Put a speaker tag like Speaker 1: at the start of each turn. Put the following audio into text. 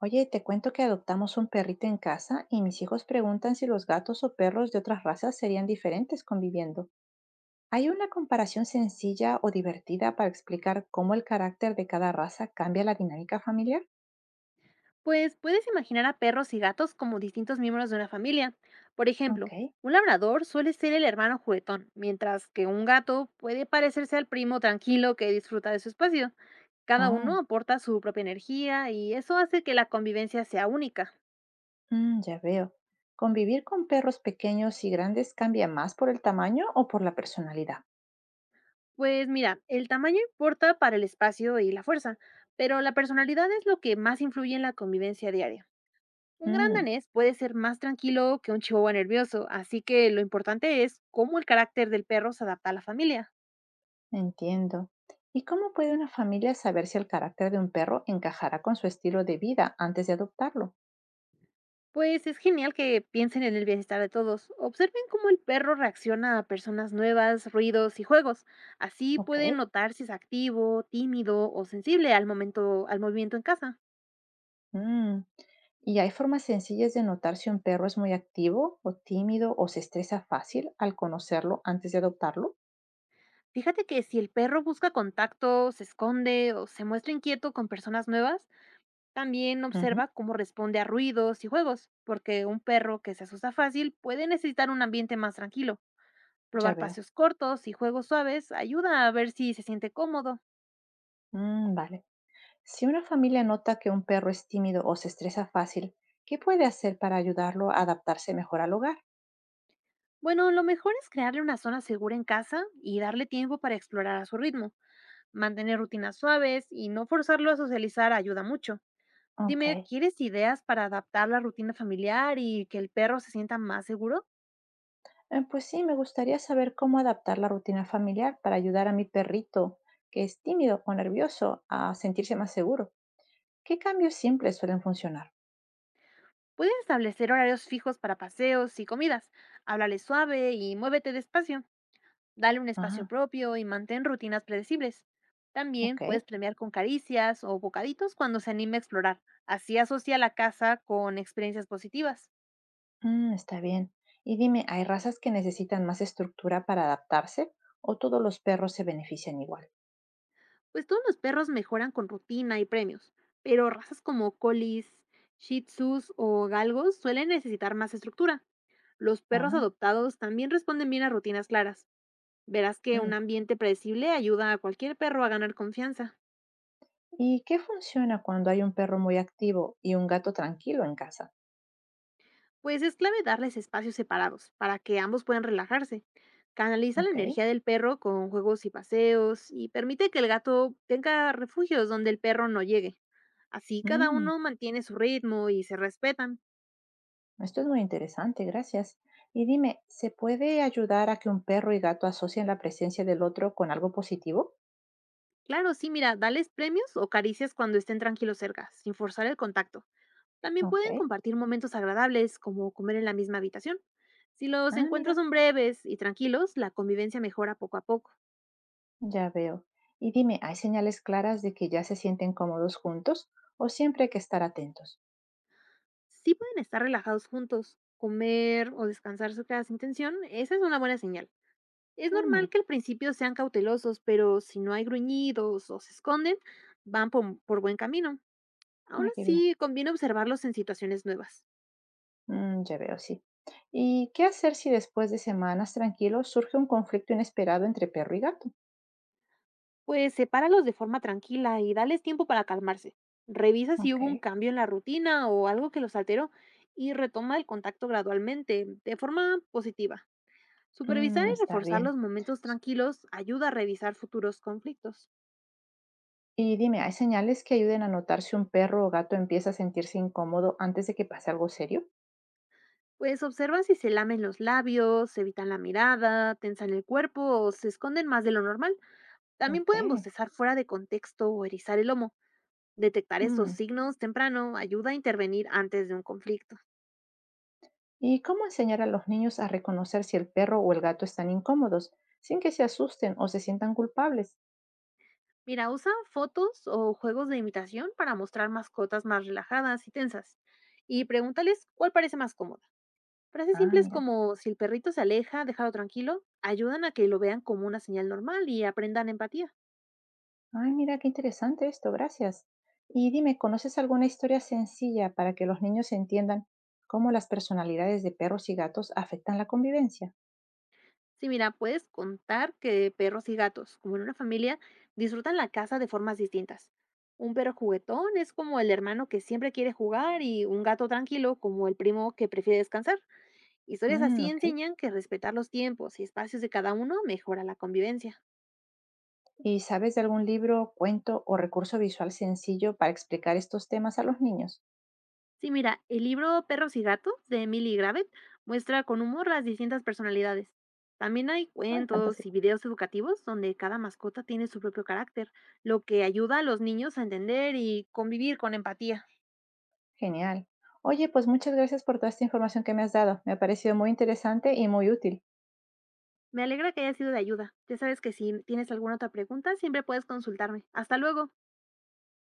Speaker 1: Oye, te cuento que adoptamos un perrito en casa y mis hijos preguntan si los gatos o perros de otras razas serían diferentes conviviendo. ¿Hay una comparación sencilla o divertida para explicar cómo el carácter de cada raza cambia la dinámica familiar?
Speaker 2: Pues puedes imaginar a perros y gatos como distintos miembros de una familia. Por
Speaker 1: Ok.
Speaker 2: ejemplo, un labrador suele ser el hermano juguetón, mientras que un gato puede parecerse al primo tranquilo que disfruta de su espacio. Cada uno
Speaker 1: Oh,
Speaker 2: aporta su propia energía y eso hace que la convivencia sea única.
Speaker 1: ya veo. ¿Convivir con perros pequeños y grandes cambia más por el tamaño o por la personalidad?
Speaker 2: Pues mira, el tamaño importa para el espacio y la fuerza, pero la personalidad es lo que más influye en la convivencia diaria. Un gran
Speaker 1: Mm,
Speaker 2: danés puede ser más tranquilo que un chihuahua nervioso, así que lo importante es cómo el carácter del perro se adapta a la familia.
Speaker 1: Entiendo. ¿Y cómo puede una familia saber si el carácter de un perro encajará con su estilo de vida antes de adoptarlo?
Speaker 2: Pues es genial que piensen en el bienestar de todos. Observen cómo el perro reacciona a personas nuevas, ruidos y juegos. Así
Speaker 1: Ok.
Speaker 2: pueden notar si es activo, tímido o sensible al momento al movimiento en casa.
Speaker 1: Mm, ¿Y hay formas sencillas de notar si un perro es muy activo o tímido o se estresa fácil al conocerlo antes de adoptarlo?
Speaker 2: Fíjate que si el perro busca contacto, se esconde o se muestra inquieto con personas nuevas, también
Speaker 1: Ujú,
Speaker 2: observa cómo responde a ruidos y juegos, porque un perro que se asusta fácil puede necesitar un ambiente más tranquilo.
Speaker 1: ya
Speaker 2: Probar
Speaker 1: veo.
Speaker 2: paseos cortos y juegos suaves ayuda a ver si se siente cómodo.
Speaker 1: Vale. Si una familia nota que un perro es tímido o se estresa fácil, ¿qué puede hacer para ayudarlo a adaptarse mejor al hogar?
Speaker 2: Bueno, lo mejor es crearle una zona segura en casa y darle tiempo para explorar a su ritmo. Mantener rutinas suaves y no forzarlo a socializar ayuda mucho.
Speaker 1: Ok.
Speaker 2: Dime, ¿quieres ideas para adaptar la rutina familiar y que el perro se sienta más seguro?
Speaker 1: Pues sí, me gustaría saber cómo adaptar la rutina familiar para ayudar a mi perrito, que es tímido o nervioso, a sentirse más seguro. ¿Qué cambios simples suelen funcionar?
Speaker 2: Pueden establecer horarios fijos para paseos y comidas. Háblale suave y muévete despacio. Dale un espacio
Speaker 1: Ah,
Speaker 2: propio y mantén rutinas predecibles. También
Speaker 1: ok.
Speaker 2: puedes premiar con caricias o bocaditos cuando se anime a explorar. Así asocia la casa con experiencias positivas.
Speaker 1: Está bien. Y dime, ¿hay razas que necesitan más estructura para adaptarse o todos los perros se benefician igual?
Speaker 2: Pues todos los perros mejoran con rutina y premios, pero razas como colis, shih tzus o galgos suelen necesitar más estructura. Los perros
Speaker 1: Ah,
Speaker 2: adoptados también responden bien a rutinas claras. Verás que un
Speaker 1: mm.
Speaker 2: ambiente predecible ayuda a cualquier perro a ganar confianza.
Speaker 1: ¿Y qué funciona cuando hay un perro muy activo y un gato tranquilo en casa?
Speaker 2: Pues es clave darles espacios separados para que ambos puedan relajarse. Canaliza la
Speaker 1: Ok.
Speaker 2: energía del perro con juegos y paseos y permite que el gato tenga refugios donde el perro no llegue. Así cada
Speaker 1: Mm,
Speaker 2: uno mantiene su ritmo y se respetan.
Speaker 1: Esto es muy interesante, gracias. Y dime, ¿se puede ayudar a que un perro y gato asocien la presencia del otro con algo positivo?
Speaker 2: Claro, sí, mira, dales premios o caricias cuando estén tranquilos cerca, sin forzar el contacto. También pueden
Speaker 1: Ok.
Speaker 2: compartir momentos agradables, como comer en la misma habitación. Si los
Speaker 1: Ah,
Speaker 2: encuentros
Speaker 1: mira,
Speaker 2: son breves y tranquilos, la convivencia mejora poco a poco.
Speaker 1: ya veo. Y dime, ¿hay señales claras de que ya se sienten cómodos juntos o siempre hay que estar atentos?
Speaker 2: Si pueden estar relajados juntos, comer o descansar su cada sin tensión, esa es una buena señal. Es
Speaker 1: Mm.
Speaker 2: normal que al principio sean cautelosos, pero si no hay gruñidos o se esconden, van por buen camino. Aún
Speaker 1: Ah, qué bien.
Speaker 2: así, conviene observarlos en situaciones nuevas.
Speaker 1: Ya veo, sí. ¿Y qué hacer si después de semanas tranquilos surge un conflicto inesperado entre perro y gato?
Speaker 2: Pues sepáralos de forma tranquila y dales tiempo para calmarse. Revisa si
Speaker 1: Ok.
Speaker 2: hubo un cambio en la rutina o algo que los alteró y retoma el contacto gradualmente, de forma positiva. Supervisar y
Speaker 1: Está
Speaker 2: reforzar
Speaker 1: bien.
Speaker 2: los momentos
Speaker 1: S-
Speaker 2: tranquilos ayuda a revisar futuros conflictos.
Speaker 1: Y dime, ¿hay señales que ayuden a notar si un perro o gato empieza a sentirse incómodo antes de que pase algo serio?
Speaker 2: Pues observan si se lamen los labios, se evitan la mirada, tensan el cuerpo o se esconden más de lo normal. También
Speaker 1: Ok.
Speaker 2: pueden bostezar fuera de contexto o erizar el lomo. Detectar estos
Speaker 1: Mm.
Speaker 2: signos temprano ayuda a intervenir antes de un conflicto.
Speaker 1: ¿Y cómo enseñar a los niños a reconocer si el perro o el gato están incómodos sin que se asusten o se sientan culpables?
Speaker 2: Mira, usa fotos o juegos de imitación para mostrar mascotas más relajadas y tensas. Y pregúntales cuál parece más cómoda. Frases
Speaker 1: Ah,
Speaker 2: simples
Speaker 1: mira.
Speaker 2: como si el perrito se aleja, déjalo tranquilo, ayudan a que lo vean como una señal normal y aprendan empatía.
Speaker 1: Ay, mira, qué interesante esto, gracias. Y dime, ¿conoces alguna historia sencilla para que los niños entiendan cómo las personalidades de perros y gatos afectan la convivencia?
Speaker 2: Sí, mira, puedes contar que perros y gatos, como en una familia, disfrutan la casa de formas distintas. Un perro juguetón es como el hermano que siempre quiere jugar y un gato tranquilo como el primo que prefiere descansar. Historias
Speaker 1: Mm,
Speaker 2: así
Speaker 1: ok.
Speaker 2: enseñan que respetar los tiempos y espacios de cada uno mejora la convivencia.
Speaker 1: ¿Y sabes de algún libro, cuento o recurso visual sencillo para explicar estos temas a los niños?
Speaker 2: Sí, mira, el libro Perros y Gatos de Emily Gravett muestra con humor las distintas personalidades. También hay
Speaker 1: Ay,
Speaker 2: cuentos y
Speaker 1: fantástico.
Speaker 2: videos educativos donde cada mascota tiene su propio carácter, lo que ayuda a los niños a entender y convivir con empatía.
Speaker 1: Genial. Oye, pues muchas gracias por toda esta información que me has dado. Me ha parecido muy interesante y muy útil.
Speaker 2: Me alegra que haya sido de ayuda. Ya sabes que si tienes alguna otra pregunta, siempre puedes consultarme. Hasta luego.